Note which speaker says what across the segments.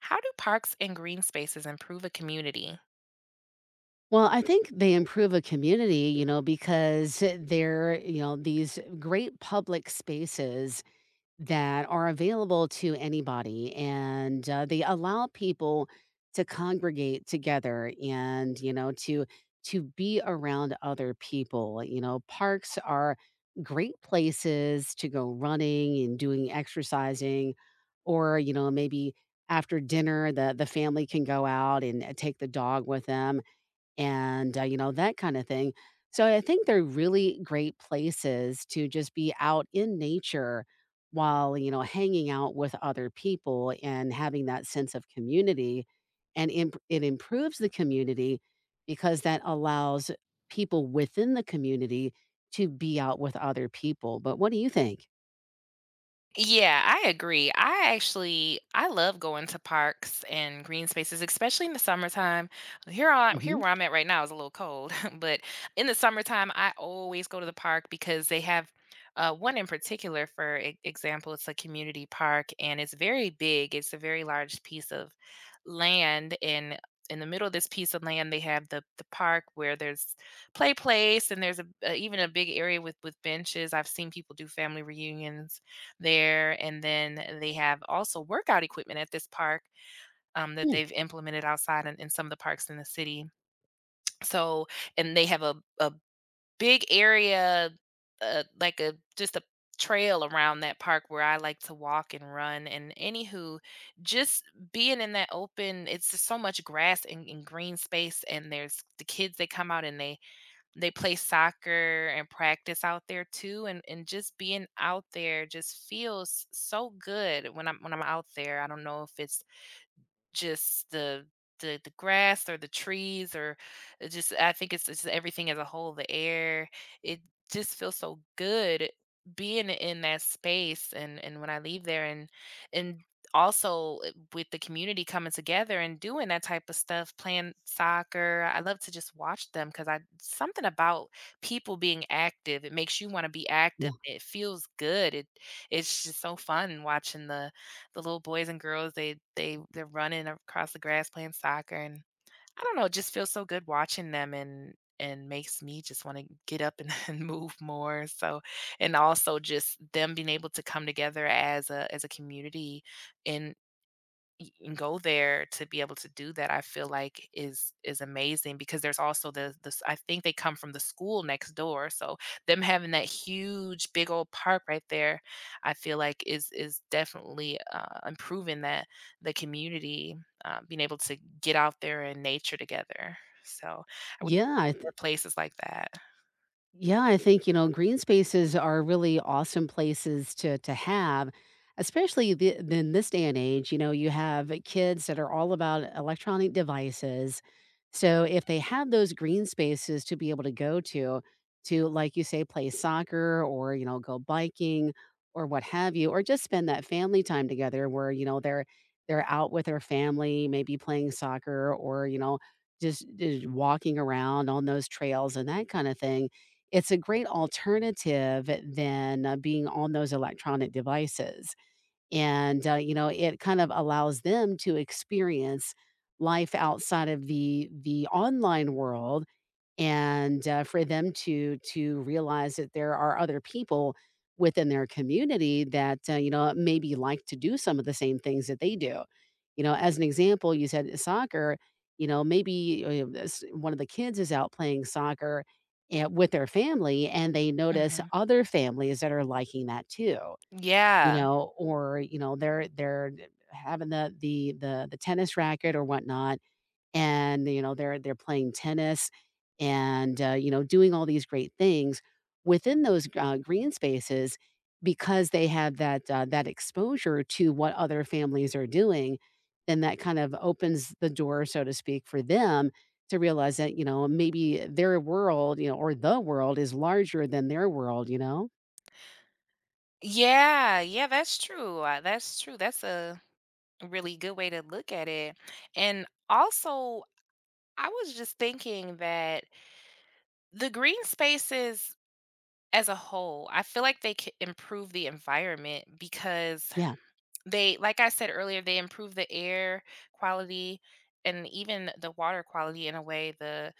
Speaker 1: How do parks and green spaces improve a community?
Speaker 2: Well, I think they improve a community, you know, because they're, you know, these great public spaces that are available to anybody and they allow people to congregate together and, you know, to be around other people. You know, parks are great places to go running and doing exercising or, you know, maybe after dinner the family can go out and take the dog with them and, you know, that kind of thing. So I think they're really great places to just be out in nature while, you know, hanging out with other people and having that sense of community. And it improves the community because that allows people within the community to be out with other people. But what do you think?
Speaker 1: Yeah, I agree. I actually I love going to parks and green spaces, especially in the summertime. Here
Speaker 2: Mm-hmm.
Speaker 1: where I'm at right now is a little cold, but in the summertime I always go to the park because they have one in particular, for example. It's a community park and it's very big. It's a very large piece of land, and in the middle of this piece of land, they have the park where there's play place, and there's a even a big area with benches. I've seen people do family reunions there, and then they have also workout equipment at this park, that
Speaker 2: hmm
Speaker 1: they've implemented outside in some of the parks in the city. So and they have a big area, like a just a trail around that park where I like to walk and run, and anywho, just being in that open, it's just so much grass and green space, and there's the kids, they come out and they play soccer and practice out there too, and just being out there just feels so good when I'm out there. I don't know if it's just the grass or the trees or it just I think it's just everything as a whole, the air. It just feels so good being in that space and when I leave there and and also, with the community coming together and doing that type of stuff, playing soccer. I love to just watch them because I something about people being active. It makes you want to be
Speaker 2: Yeah.
Speaker 1: active. It feels good. It's just so fun watching the little boys and girls, they're running across the grass playing soccer, and I don't know, it just feels so good watching them and makes me just wanna get up and and move more, so and also just them being able to come together as a community in and go there to be able to do that. I feel like is amazing because there's also the this, I think they come from the school next door, so them having that huge big old park right there, I feel like is definitely, improving that the community, being able to get out there in nature together. So I would
Speaker 2: Yeah. I
Speaker 1: or places like that.
Speaker 2: Yeah, I think, you know, green spaces are really awesome places to have, especially the, in this day and age. You know, you have kids that are all about electronic devices. So if they have those green spaces to be able to go to like you say, play soccer or, you know, go biking or what have you, or just spend that family time together where, you know, they're out with their family, maybe playing soccer or, you know, just walking around on those trails and that kind of thing, it's a great alternative than, being on those electronic devices, and, you know, it kind of allows them to experience life outside of the online world and, for them to realize that there are other people within their community that, you know, maybe like to do some of the same things that they do. You know, as an example, you said soccer, you know, maybe, this one of the kids is out playing soccer, with their family, and they notice
Speaker 1: Hmm.
Speaker 2: other families that are liking that too, you
Speaker 1: Yeah.
Speaker 2: know, or, you know, they're having the tennis racket or whatnot and, you know, they're playing tennis and, you know, doing all these great things within those, green spaces because they have that, that exposure to what other families are doing, then that kind of opens the door, so to speak, for them to realize that, you know, maybe their world, you know, or the world is larger than their world, you know?
Speaker 1: Yeah, that's true. That's true. That's a really good way to look at it. And also, I was just thinking that the green spaces as a whole, I feel like they could improve the environment because
Speaker 2: Yeah.
Speaker 1: they, like I said earlier, they improve the air quality and even the water quality in a way. The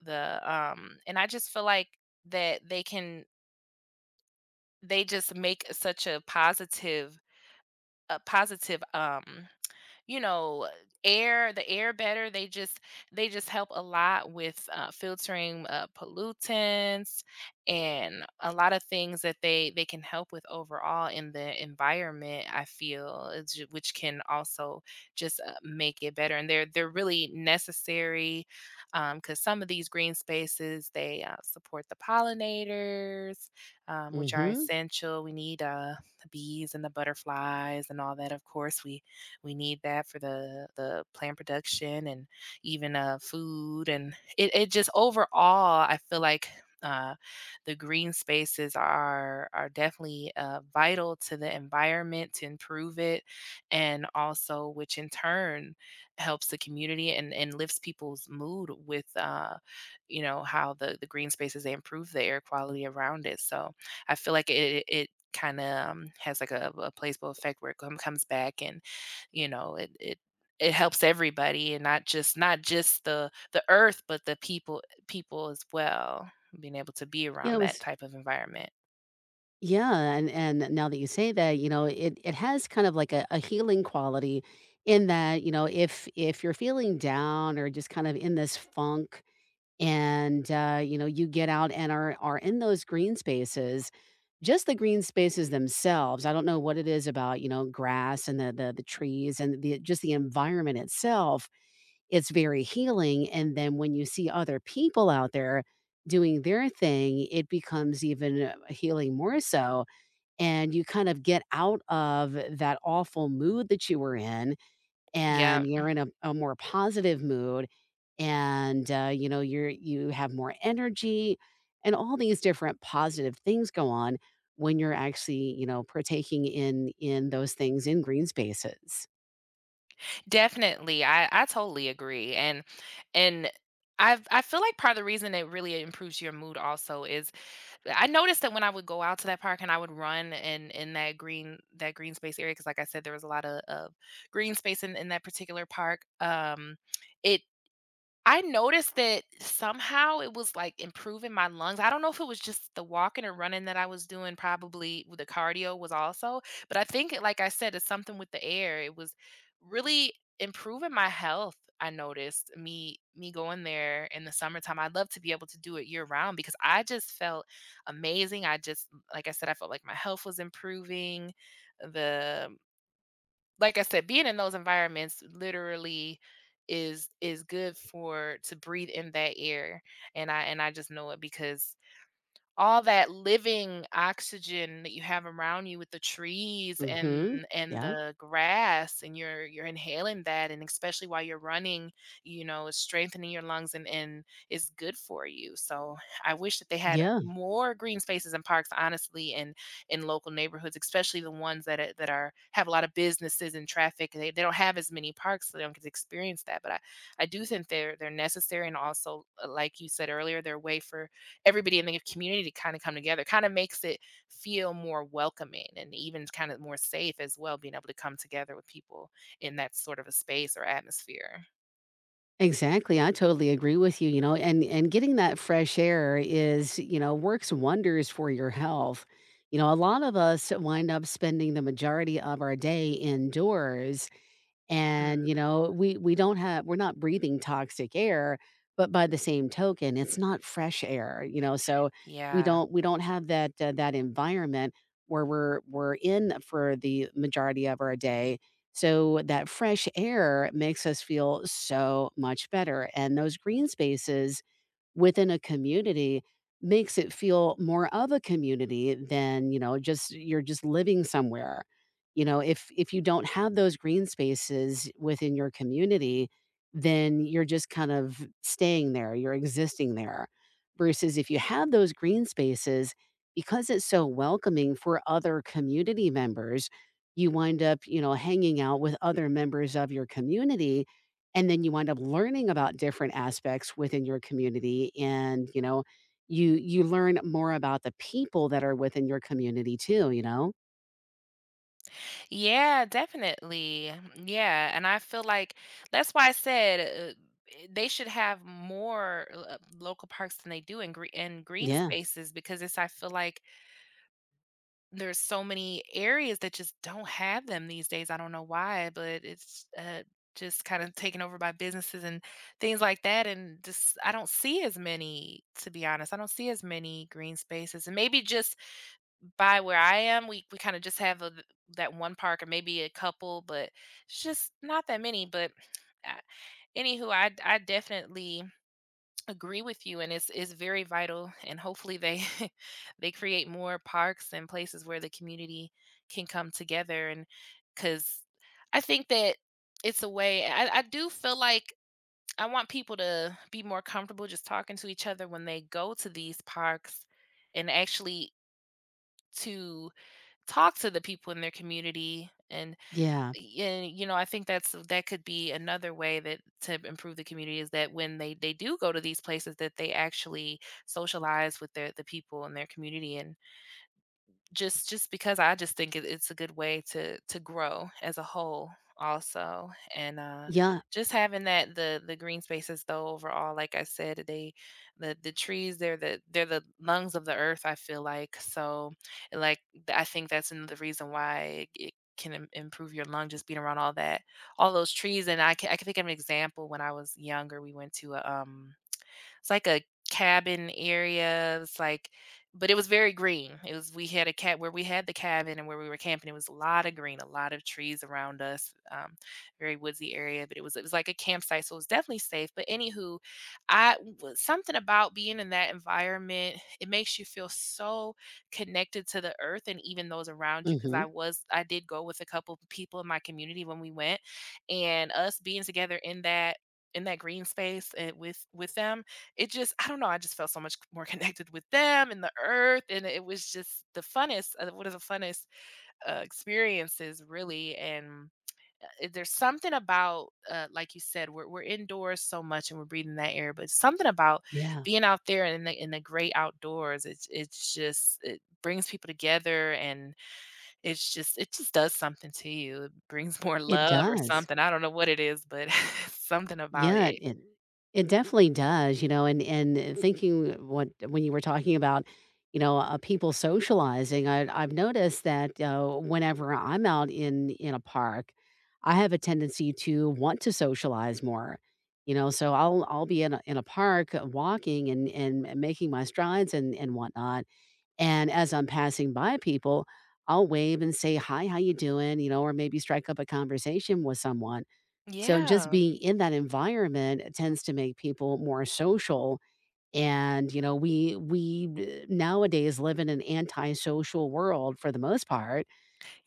Speaker 1: and I just feel like that they can they just make such a positive a positive you know air the air better. They just they just help a lot with, filtering, pollutants and a lot of things that they can help with overall in the environment. I feel it's which can also just, make it better. And they're really necessary because some of these green spaces, they, support the pollinators, which are
Speaker 2: Mhm.
Speaker 1: essential. We need, the bees and the butterflies and all that. Of course we need that for the plant production and even, food. And it just overall I feel like, uh, the green spaces are definitely, vital to the environment to improve it, and also which in turn helps the community and lifts people's mood with, you know how the green spaces they improve the air quality around it. So I feel like it kind of, has like a placebo effect where it comes back, and you know, it it helps everybody and not just the earth, but the people as well, being able to be
Speaker 2: You
Speaker 1: around
Speaker 2: know,
Speaker 1: that
Speaker 2: it
Speaker 1: type of environment.
Speaker 2: Yeah, and now that you say that, you know, it has kind of like a healing quality in that, you know, if you're feeling down or just kind of in this funk and you know, you get out and are in those green spaces, just the green spaces themselves. I don't know what it is about, you know, grass and the trees and the just the environment itself, it's very healing. And then when you see other people out there doing their thing, it becomes even healing more so, and you kind of get out of that awful mood that you were in
Speaker 1: Yeah,
Speaker 2: and you're in a more positive mood and, you know, you're you have more energy and all these different positive things go on when you're actually, you know, partaking in those things in green spaces.
Speaker 1: definitely. I totally agree. And I feel like part of the reason it really improves your mood also is I noticed that when I would go out to that park and I would run in that green space area because like I said, there was a lot of green space in that particular park. It I noticed that somehow it was, like, improving my lungs. I don't know if it was just the walking or running that I was doing, probably with the cardio, was also, but I think, like I said, it's something with the air. It was really improving my health, I noticed, me going there in the summertime. I'd love to be able to do it year-round because I just felt amazing. I just like I said, I felt like my health was improving, the like I said, being in those environments literally is good for to breathe in that air. And I just know it because all that living oxygen that you have around you with the trees and
Speaker 2: Hmm yeah
Speaker 1: the grass and you're inhaling that, and especially while you're running, you know, it's strengthening your lungs and is good for you. So I wish that they had
Speaker 2: yeah.
Speaker 1: more green spaces and parks honestly in local neighborhoods, especially the ones that are have a lot of businesses and traffic. They don't have as many parks, so they don't get to experience that. But I do think they're necessary, and also, like you said earlier, they're a way for everybody in the community to kind of come together. Kind of makes it feel more welcoming and even kind of more safe as well, being able to come together with people in that sort of a space or atmosphere.
Speaker 2: Exactly, I totally agree with you, you know, and getting that fresh air is, you know, works wonders for your health. You know, a lot of us wind up spending the majority of our day indoors
Speaker 1: Mm,
Speaker 2: and you know we don't have we're not breathing toxic air, but by the same token it's not fresh air, you know, so
Speaker 1: yeah.
Speaker 2: we don't have that that environment where we're in for the majority of our day, so that fresh air makes us feel so much better and those green spaces within a community makes it feel more of a community than, you know, just you're just living somewhere. You know, if you don't have those green spaces within your community, then you're just kind of staying there, you're existing there. Versus if you have those green spaces, because it's so welcoming for other community members, you wind up, you know, hanging out with other members of your community and then you wind up learning about different aspects within your community, and you know you you learn more about the people that are within your community too, you know.
Speaker 1: Yeah, definitely. Yeah, and I feel like that's why I said, uh, they should have more, local parks than they do in green
Speaker 2: Yeah
Speaker 1: spaces because it's I feel like there's so many areas that just don't have them these days. I don't know why, but it's, just kind of taken over by businesses and things like that. And just, I don't see as many, to be honest. I don't see as many green spaces. And maybe just by where I am, we kind of just have a, that one park or maybe a couple, but it's just not that many. But, uh, anywho, I definitely agree with you, and it's very vital, and hopefully they they create more parks and places where the community can come together, and because I think that it's a way. I do feel like I want people to be more comfortable just talking to each other when they go to these parks, and actually to talk to the people in their community,
Speaker 2: yeah
Speaker 1: and you know, I think that's that could be another way that to improve the community is that when they do go to these places that they actually socialize with the people in their community, and just because I just think it's a good way to grow as a whole also, and
Speaker 2: yeah
Speaker 1: just having that the green spaces though overall. Like I said, they the trees, they're the lungs of the earth, I feel like. So like I think that's another reason why it can improve your lung, just being around all that all those trees. And I can think of an example when I was younger. We went to a it's like a cabin area. It's like, but it was very green. It was we had a cat where we had the cabin, and where we were camping, it was a lot of green, a lot of trees around us, very woodsy area. But it was like a campsite, so it was definitely safe. But anywho, something about being in that environment, it makes you feel so connected to the earth and even those around you. Because
Speaker 2: mhm
Speaker 1: I did go with a couple people in my community when we went, and us being together in that green space and with them, it just I don't know, I just felt so much more connected with them and the earth, and it was just the funnest, one of the funnest, experiences really, and, there's something about, like you said, we're indoors so much, and we're breathing that air, but something about
Speaker 2: yeah
Speaker 1: being out there in the great outdoors, it's just it brings people together, and it's just it just does something to you. It brings more
Speaker 2: it
Speaker 1: love or
Speaker 2: does
Speaker 1: something, I don't know what it is, but something about
Speaker 2: Yeah,
Speaker 1: it.
Speaker 2: it definitely does, you know, and thinking what when you were talking about, you know, people socializing, I I've noticed that whenever I'm out in a park, I have a tendency to want to socialize more. You know, so I'll be in a park walking and making my strides and whatnot, and as I'm passing by people, I'll wave and say hi, how you doing? You know, or maybe strike up a conversation with someone, so just
Speaker 1: Yeah.
Speaker 2: being in that environment, tends to make people more social. And, you know, we nowadays live in an antisocial world for the most part,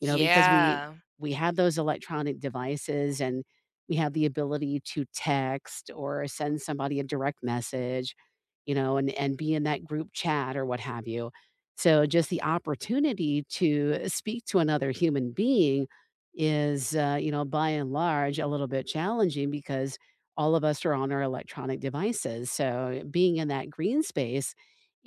Speaker 2: you know, because we have those electronic devices and we have the ability to text or send somebody a direct message, you know, and be in that group chat or what have you. So just the opportunity to speak to another human being is, you know, by and large a little bit challenging because all of us are on our electronic devices. So being in that green space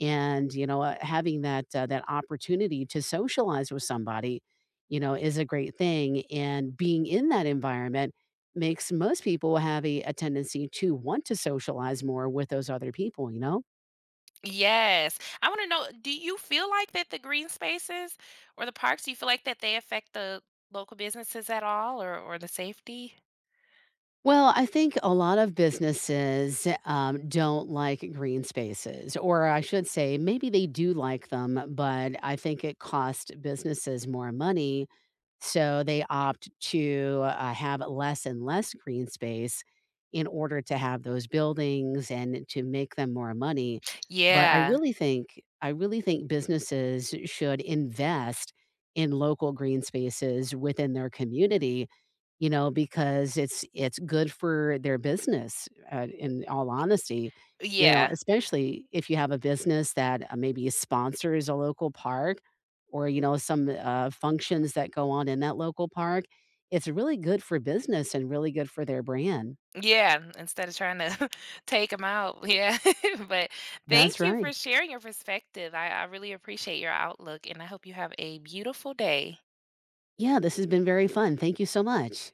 Speaker 2: and you know, having that that opportunity to socialize with somebody, you know, is a great thing. And being in that environment makes most people have a tendency to want to socialize more with those other people, you know?
Speaker 1: Yes. I want to know, do you feel like that the green spaces or the parks, do you feel like that they affect the local businesses at all or the safety?
Speaker 2: Well, I think a lot of businesses don't like green spaces, or I should say, maybe they do like them, but I think it costs businesses more money. So they opt to have less and less green space in order to have those buildings and to make them more money. But
Speaker 1: Yeah.
Speaker 2: I really think businesses should invest in local green spaces within their community, you know, because it's good for their business, in all honesty, you know,
Speaker 1: Yeah.
Speaker 2: especially if you have a business that, maybe sponsors a local park or, you know, some, functions that go on in that local park. It's really good for business and really good for their brand.
Speaker 1: Yeah, instead of trying to take them out. Yeah. But
Speaker 2: That's
Speaker 1: thank you for
Speaker 2: right.
Speaker 1: sharing your perspective. I really appreciate your outlook, and I hope you have a beautiful day.
Speaker 2: Yeah, this has been very fun. Thank you so much.